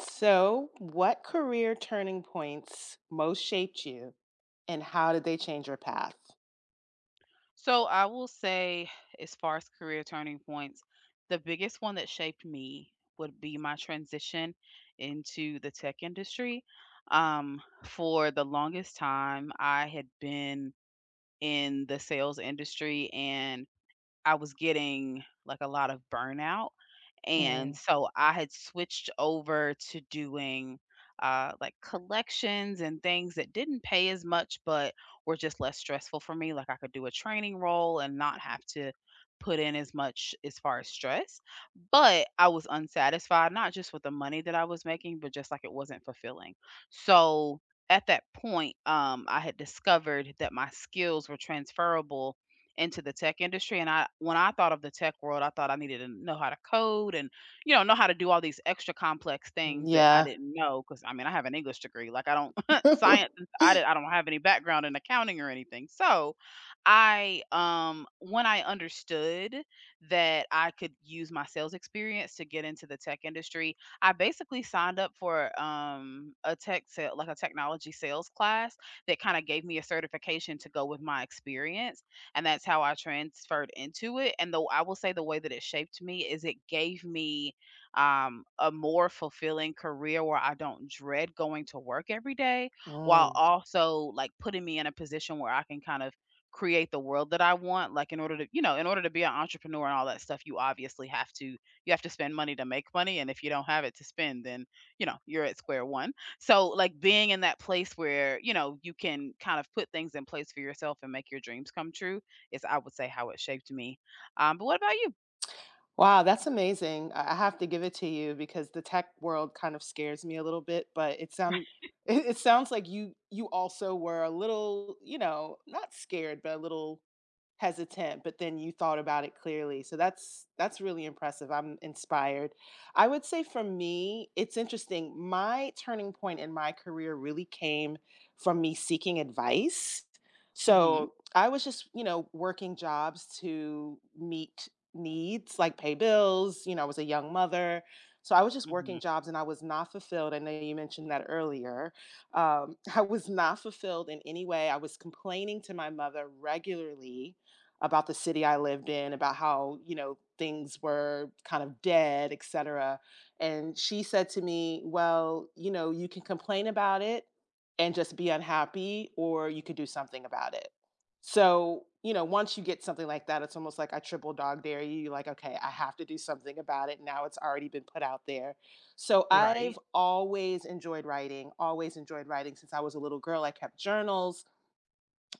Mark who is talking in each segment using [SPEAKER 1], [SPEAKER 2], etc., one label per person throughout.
[SPEAKER 1] So, what career turning points most shaped you and how did they change your path?
[SPEAKER 2] So I will say, as far as career turning points, the biggest one that shaped me would be my transition into the tech industry. For the longest time, I had been in the sales industry and I was getting, a lot of burnout, and
[SPEAKER 1] Mm,
[SPEAKER 2] so I had switched over to doing, collections and things that didn't pay as much but were just less stressful for me, like, I could do a training role and not have to put in as much as far as stress, but I was unsatisfied, not just with the money that I was making, but just, like, it wasn't fulfilling. So, at that point, I had discovered that my skills were transferable into the tech industry, and I when I thought of the tech world, I thought I needed to know how to code and, you know how to do all these extra complex things that I
[SPEAKER 1] yeah.
[SPEAKER 2] didn't know because I mean, I have an English degree, like, I don't science I didn't I don't have any background in accounting or anything, so, when I understood that I could use my sales experience to get into the tech industry, I basically signed up for, a a technology sales class that kinda gave me a certification to go with my experience, and that's how I transferred into it. And though I will say the way that it shaped me is it gave me a more fulfilling career where I don't dread going to work every day, while
[SPEAKER 1] Mm.
[SPEAKER 2] also like putting me in a position where I can kind of create the world that I want. Like in order to, you know, in order to be an entrepreneur and all that stuff, you obviously have to spend money to make money. And if you don't have it to spend, then you know you're at square one. So like being in that place where, you know, you can kind of put things in place for yourself and make your dreams come true is I would say how it shaped me. But what about you?
[SPEAKER 1] Wow, that's amazing. I have to give it to you because the tech world kind of scares me a little bit, but it sound it sounds like you also were a little, you know, not scared, but a little hesitant, but then you thought about it clearly, so that's really impressive, I'm inspired. I would say for me, it's interesting, my turning point in my career really came from me seeking advice.
[SPEAKER 2] Mhm,
[SPEAKER 1] So, I was just, you know, working jobs to meet needs, like pay bills. You know, I was a young mother, so I was just working
[SPEAKER 2] mhm,
[SPEAKER 1] jobs and I was not fulfilled. I know you mentioned that earlier. I was not fulfilled in any way. I was complaining to my mother regularly about the city I lived in, about how, you know, things were kind of dead, et cetera. And she said to me, "Well, you know, you can complain about it and just be unhappy, or you could do something about it." So, you know, once you get something like that, it's almost like I triple dog dare you. You're like, okay, I have to do something about it. Now it's already been put out there. So
[SPEAKER 2] right,
[SPEAKER 1] I've always enjoyed writing since I was a little girl. I kept journals.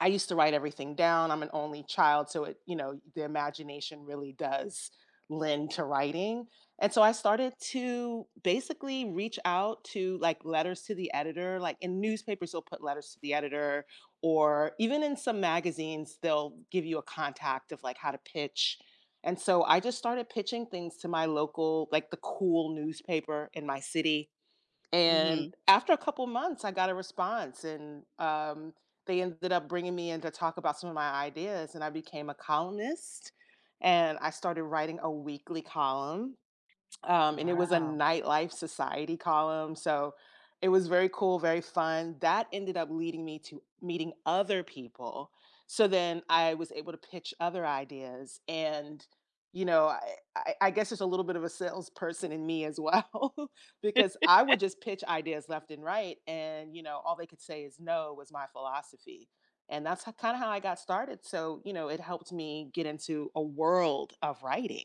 [SPEAKER 1] I used to write everything down. I'm an only child, so it, you know, the imagination really does lend to writing. And so I started to basically reach out to like letters to the editor, like in newspapers, they'll put letters to the editor, or even in some magazines, they'll give you a contact of like how to pitch. And so I just started pitching things to my local, like the cool newspaper in my city, and
[SPEAKER 2] mhm.
[SPEAKER 1] after a couple months, I got a response, and they ended up bringing me in to talk about some of my ideas. And I became a columnist, and I started writing a weekly column, and it was a
[SPEAKER 2] Wow.
[SPEAKER 1] nightlife society column. So it was very cool, very fun. That ended up leading me to meeting other people. So then I was able to pitch other ideas, and you know, I guess there's a little bit of a salesperson in me as well, because I would just pitch ideas left and right, and you know, all they could say is no was my philosophy. And that's kind of how I got started. So, you know, it helped me get into a world of writing.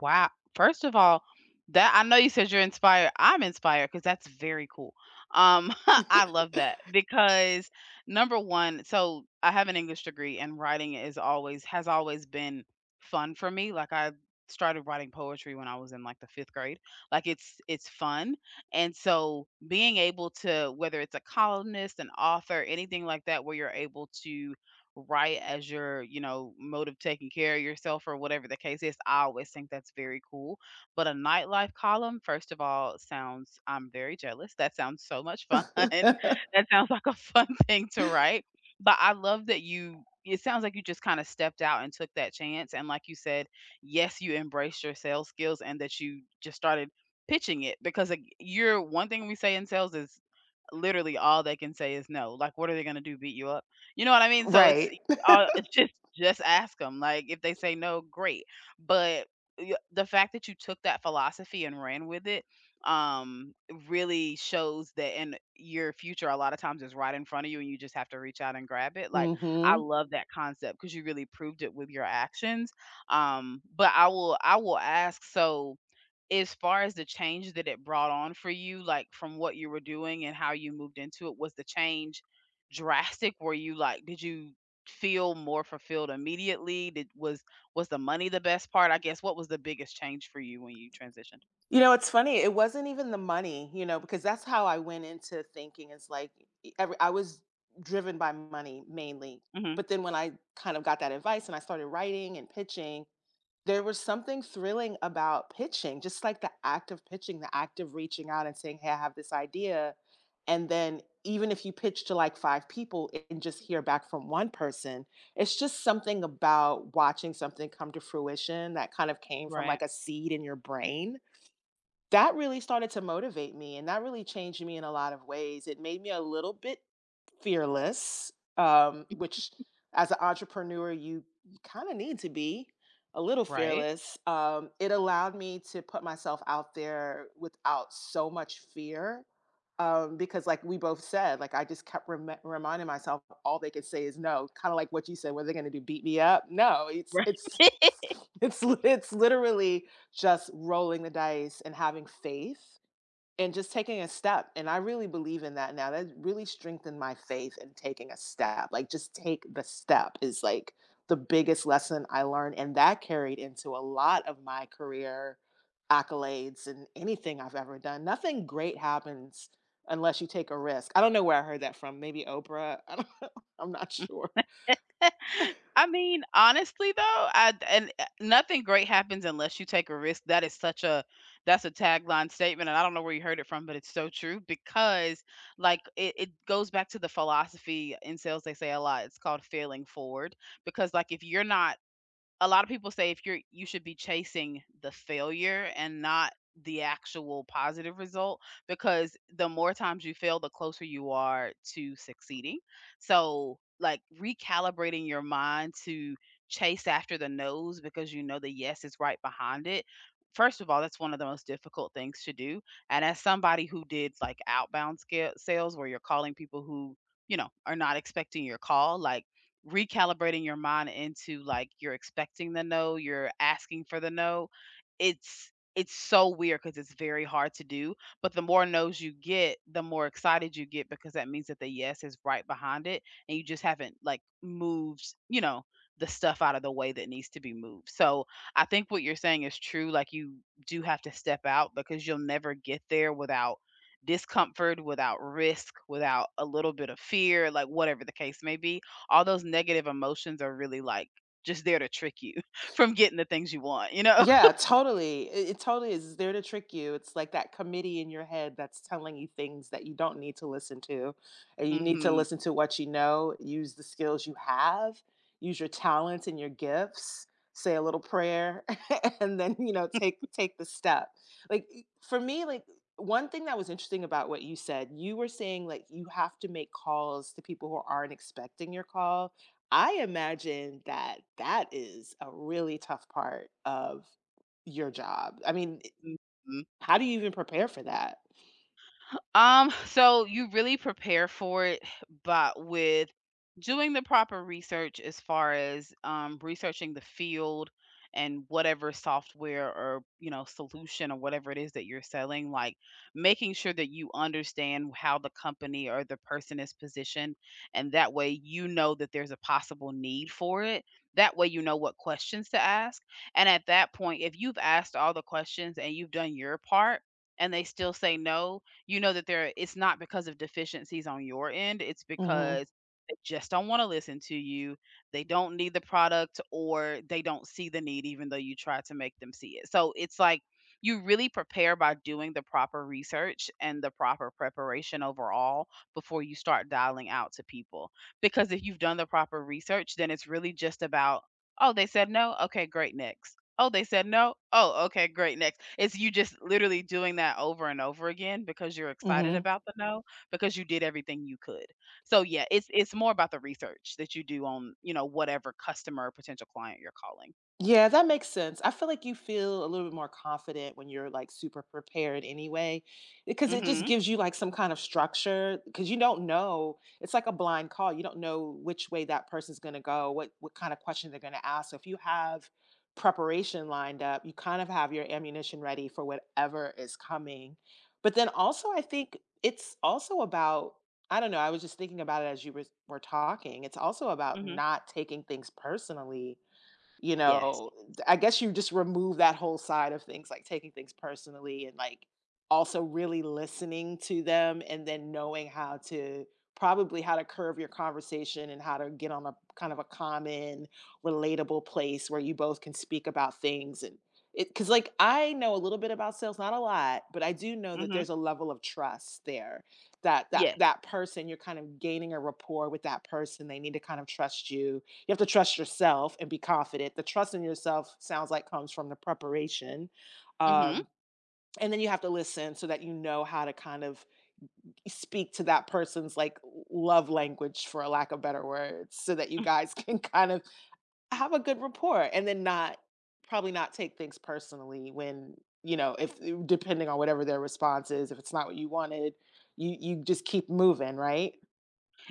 [SPEAKER 2] Wow. First of all, that I know you said you're inspired. I'm inspired because that's very cool. I love that because number one, so I have an English degree and writing is always has always been fun for me. Like I started writing poetry when I was in like the fifth grade. Like it's fun. And so being able to, whether it's a columnist, an author, anything like that, where you're able to right as your you know mode of taking care of yourself or whatever the case is, I always think that's very cool. But a nightlife column, first of all, sounds, I'm very jealous, that sounds so much fun, that sounds like a fun thing to write. But I love that you it sounds like you just kind of stepped out and took that chance, and like you said, yes, you embraced your sales skills, and that you just started pitching it because like, you're one thing we say in sales is literally all they can say is no, like what are they going to do, beat you up? You know what I mean? So
[SPEAKER 1] Right.
[SPEAKER 2] it's just ask them. Like if they say no, great. But the fact that you took that philosophy and ran with it um really shows that in your future a lot of times is right in front of you and you just have to reach out and grab it. Like I
[SPEAKER 1] Mhm.
[SPEAKER 2] love that concept because you really proved it with your actions. But I will ask, so as far as the change that it brought on for you, like, from what you were doing and how you moved into it, was the change drastic? Were you, did you feel more fulfilled immediately? Did was the money the best part? I guess, what was the biggest change for you when you transitioned?
[SPEAKER 1] You know, it's funny, it wasn't even the money, you know, because that's how I went into thinking. It's like e every I was driven by money mainly,
[SPEAKER 2] Mhm.
[SPEAKER 1] but then when I kind of got that advice and I started writing and pitching, there was something thrilling about pitching, just like the act of pitching, the act of reaching out and saying, "Hey, I have this idea." And then even if you pitch to like five people and just hear back from one person, it's just something about watching something come to fruition that kind of came from
[SPEAKER 2] Right.
[SPEAKER 1] like a seed in your brain. That really started to motivate me, and that really changed me in a lot of ways. It made me a little bit fearless, which as an entrepreneur, you kind of need to be a little
[SPEAKER 2] Right.
[SPEAKER 1] fearless. It allowed me to put myself out there without so much fear. Because like we both said, like I just kept reminding myself, all they could say is no. Kind of like what you said, what are they going to do? Beat me up? No, it's
[SPEAKER 2] Right.
[SPEAKER 1] it's literally just rolling the dice and having faith and just taking a step, and I really believe in that now. That really strengthened my faith in taking a step. Like, just take the step is like the biggest lesson I learned, and that carried into a lot of my career accolades and anything I've ever done. Nothing great happens unless you take a risk. I don't know where I heard that from. Maybe Oprah. I don't know. I'm not sure.
[SPEAKER 2] I mean, honestly though, I and nothing great happens unless you take a risk. That is such a that's a tagline statement, and I don't know where you heard it from, but it's so true because it goes back to the philosophy in sales they say a lot. It's called failing forward because like if you're not, a lot of people say if you're, you should be chasing the failure and not the actual positive result, because the more times you fail the closer you are to succeeding. So like recalibrating your mind to chase after the no's because you know the yes is right behind it, first of all, that's one of the most difficult things to do, and as somebody who did like outbound scale sales where you're calling people who, you know, are not expecting your call, like recalibrating your mind into like you're expecting the no, you're asking for the no. It's so weird because it's very hard to do. But the more no's you get, the more excited you get because that means that the yes is right behind it, and you just haven't like moved, you know, the stuff out of the way that needs to be moved. So I think what you're saying is true. Like you do have to step out because you'll never get there without discomfort, without risk, without a little bit of fear, like whatever the case may be, all those negative emotions are really, like, just there to trick you from getting the things you want, you know?
[SPEAKER 1] Yeah, totally. It totally is there to trick you. It's like that committee in your head that's telling you things that you don't need to listen to. And you need to
[SPEAKER 2] Mhm.
[SPEAKER 1] listen to what you know, use the skills you have, use your talents and your gifts, say a little prayer, and then, you know, take the step. Like for me, like one thing that was interesting about what you said, you were saying like you have to make calls to people who aren't expecting your call. I imagine that that is a really tough part of your job. I mean,
[SPEAKER 2] Mhm.
[SPEAKER 1] how do you even prepare for that?
[SPEAKER 2] So you really prepare for it, but with doing the proper research as far as, researching the field and whatever software or you know solution or whatever it is that you're selling, like making sure that you understand how the company or the person is positioned, and that way you know that there's a possible need for it. That way you know what questions to ask. And at that point, if you've asked all the questions and you've done your part and they still say no, you know that there it's not because of deficiencies on your end, it's
[SPEAKER 1] Mhm,
[SPEAKER 2] because they just don't want to listen to you. They don't need the product or they don't see the need even though you try to make them see it. So it's like you really prepare by doing the proper research and the proper preparation overall before you start dialing out to people. Because if you've done the proper research, then it's really just about, oh, they said no. Okay, great. Next. Oh, they said no? Oh, okay, great, next. It's you just literally doing that over and over again because you're excited
[SPEAKER 1] mhm.
[SPEAKER 2] about the no, because you did everything you could. So yeah, it's more about the research that you do on, you know, whatever customer or potential client you're calling.
[SPEAKER 1] Yeah, that makes sense. I feel like you feel a little bit more confident when you're like super prepared anyway, because it just
[SPEAKER 2] Mhm.
[SPEAKER 1] gives you like some kind of structure because you don't know. It's like a blind call. You don't know which way that person's going to go, what kind of question they're going to ask. So if you have preparation lined up, you kind of have your ammunition ready for whatever is coming. But then also I think it's also about, I don't know, I was just thinking about it as you were talking. It's also about
[SPEAKER 2] Mhm.
[SPEAKER 1] not taking things personally, you
[SPEAKER 2] Yes.
[SPEAKER 1] know, I guess you just remove that whole side of things, like taking things personally, and like also really listening to them and then knowing how to, probably how to curve your conversation and how to get on a kind of a common relatable place where you both can speak about things. And it, because like I know a little bit about sales, not a lot, but I do know that
[SPEAKER 2] Mhm.
[SPEAKER 1] there's a level of trust there that that
[SPEAKER 2] Yes.
[SPEAKER 1] that person you're kind of gaining a rapport with, that person, they need to kind of trust you. You have to trust yourself and be confident. The trust in yourself sounds like comes from the preparation.
[SPEAKER 2] Mhm.
[SPEAKER 1] Um, and then you have to listen so that you know how to kind of speak to that person's like love language, for a lack of better words, so that you guys can kind of have a good rapport, and then not, probably not take things personally when, you know, if eh, depending on whatever their response is, if it's not what you wanted, you just keep moving, right?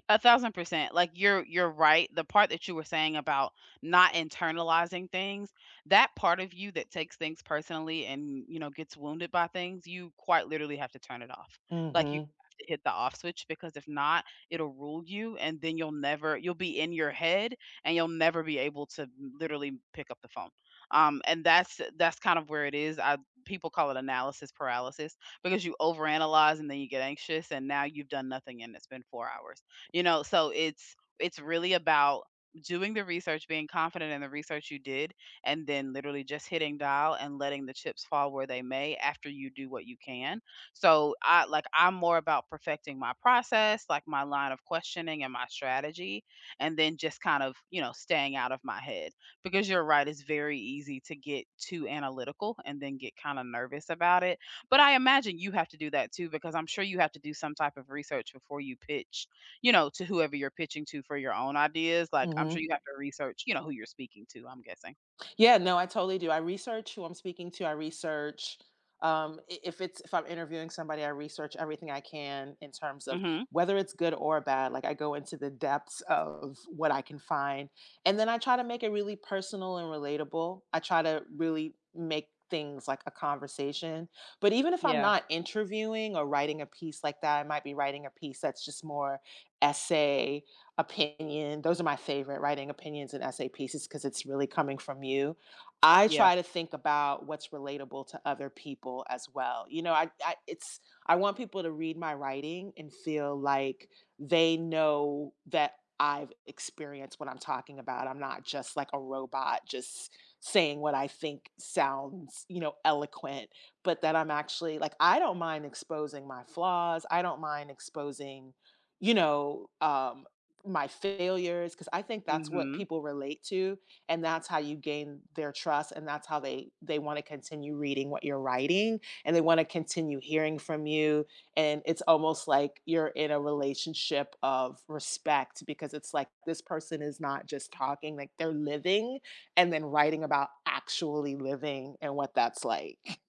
[SPEAKER 2] 1,000%. Like, you're right. The part that you were saying about not internalizing things, that part of you that takes things personally and, you know, gets wounded by things, you quite literally have to turn it off. Like, you
[SPEAKER 1] Mm-hmm.
[SPEAKER 2] have to hit the off switch because if not, it'll rule you and then you'll never you'll be in your head and you'll never be able to literally pick up the phone. And that's kind of where it is. I People call it analysis paralysis because you overanalyze and then you get anxious and now you've done nothing and it's been 4 hours, you know, so it's really about doing the research, being confident in the research you did, and then literally just hitting dial and letting the chips fall where they may after you do what you can. So I, like, I'm more about perfecting my process, like my line of questioning and my strategy, and then just kind of, you know, staying out of my head. Because you're right, it's very easy to get too analytical and then get kind of nervous about it. But I imagine you have to do that too, because I'm sure you have to do some type of research before you pitch, you know, to whoever you're pitching to for your own ideas. Like I'm
[SPEAKER 1] Mm-hmm.
[SPEAKER 2] sure you have to research, you know, who you're speaking to, I'm guessing.
[SPEAKER 1] Yeah, no, I totally do. I research who I'm speaking to. I research, if it's, if I'm interviewing somebody, I research everything I can in terms of
[SPEAKER 2] Hmm.
[SPEAKER 1] whether it's good or bad. Like I go into the depths of what I can find, and then I try to make it really personal and relatable. I try to really make things like a conversation. But even if I'm
[SPEAKER 2] Yeah.
[SPEAKER 1] not interviewing or writing a piece like that, I might be writing a piece that's just more essay opinion. Those are my favorite writing, opinions and essay pieces, because it's really coming from you. I
[SPEAKER 2] Yeah.
[SPEAKER 1] try to think about what's relatable to other people as well. You know, I it's, I want people to read my writing and feel like they know that I've experienced what I'm talking about. I'm not just like a robot just saying what I think sounds, you know, eloquent, but that I'm actually, like I don't mind exposing my flaws. I don't mind exposing, you know, my failures, because I think that's what
[SPEAKER 2] Hmm.
[SPEAKER 1] people relate to, and that's how you gain their trust, and that's how they want to continue reading what you're writing, and they want to continue hearing from you. And it's almost like you're in a relationship of respect, because it's like this person is not just talking, like they're living and then writing about actually living and what that's like.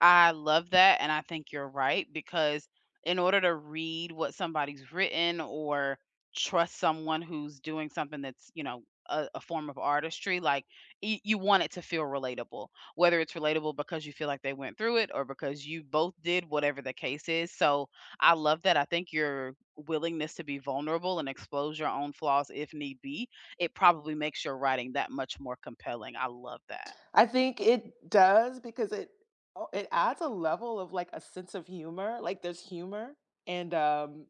[SPEAKER 2] I love that, and I think you're right because in order to read what somebody's written or trust someone who's doing something that's, you know, a form of artistry, like you want it to feel relatable, whether it's relatable because you feel like they went through it or because you both did, whatever the case is. So I love that. I think your willingness to be vulnerable and expose your own flaws if need be, it probably makes your writing that much more compelling. I love that.
[SPEAKER 1] I think it does, because it, oh, it adds a level of like a sense of humor. Like there's humor, and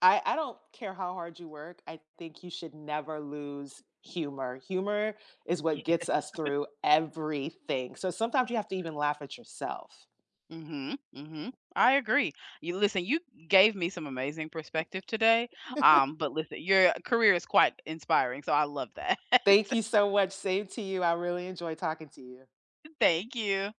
[SPEAKER 1] I don't care how hard you work, I think you should never lose humor. Humor is what gets us through everything. So sometimes you have to even laugh at yourself.
[SPEAKER 2] Mm-hmm. Mm-hmm. I agree. You listen, you gave me some amazing perspective today. But listen, your career is quite inspiring, so I love that.
[SPEAKER 1] Thank you so much. Same to you. I really enjoy talking to you.
[SPEAKER 2] Thank you.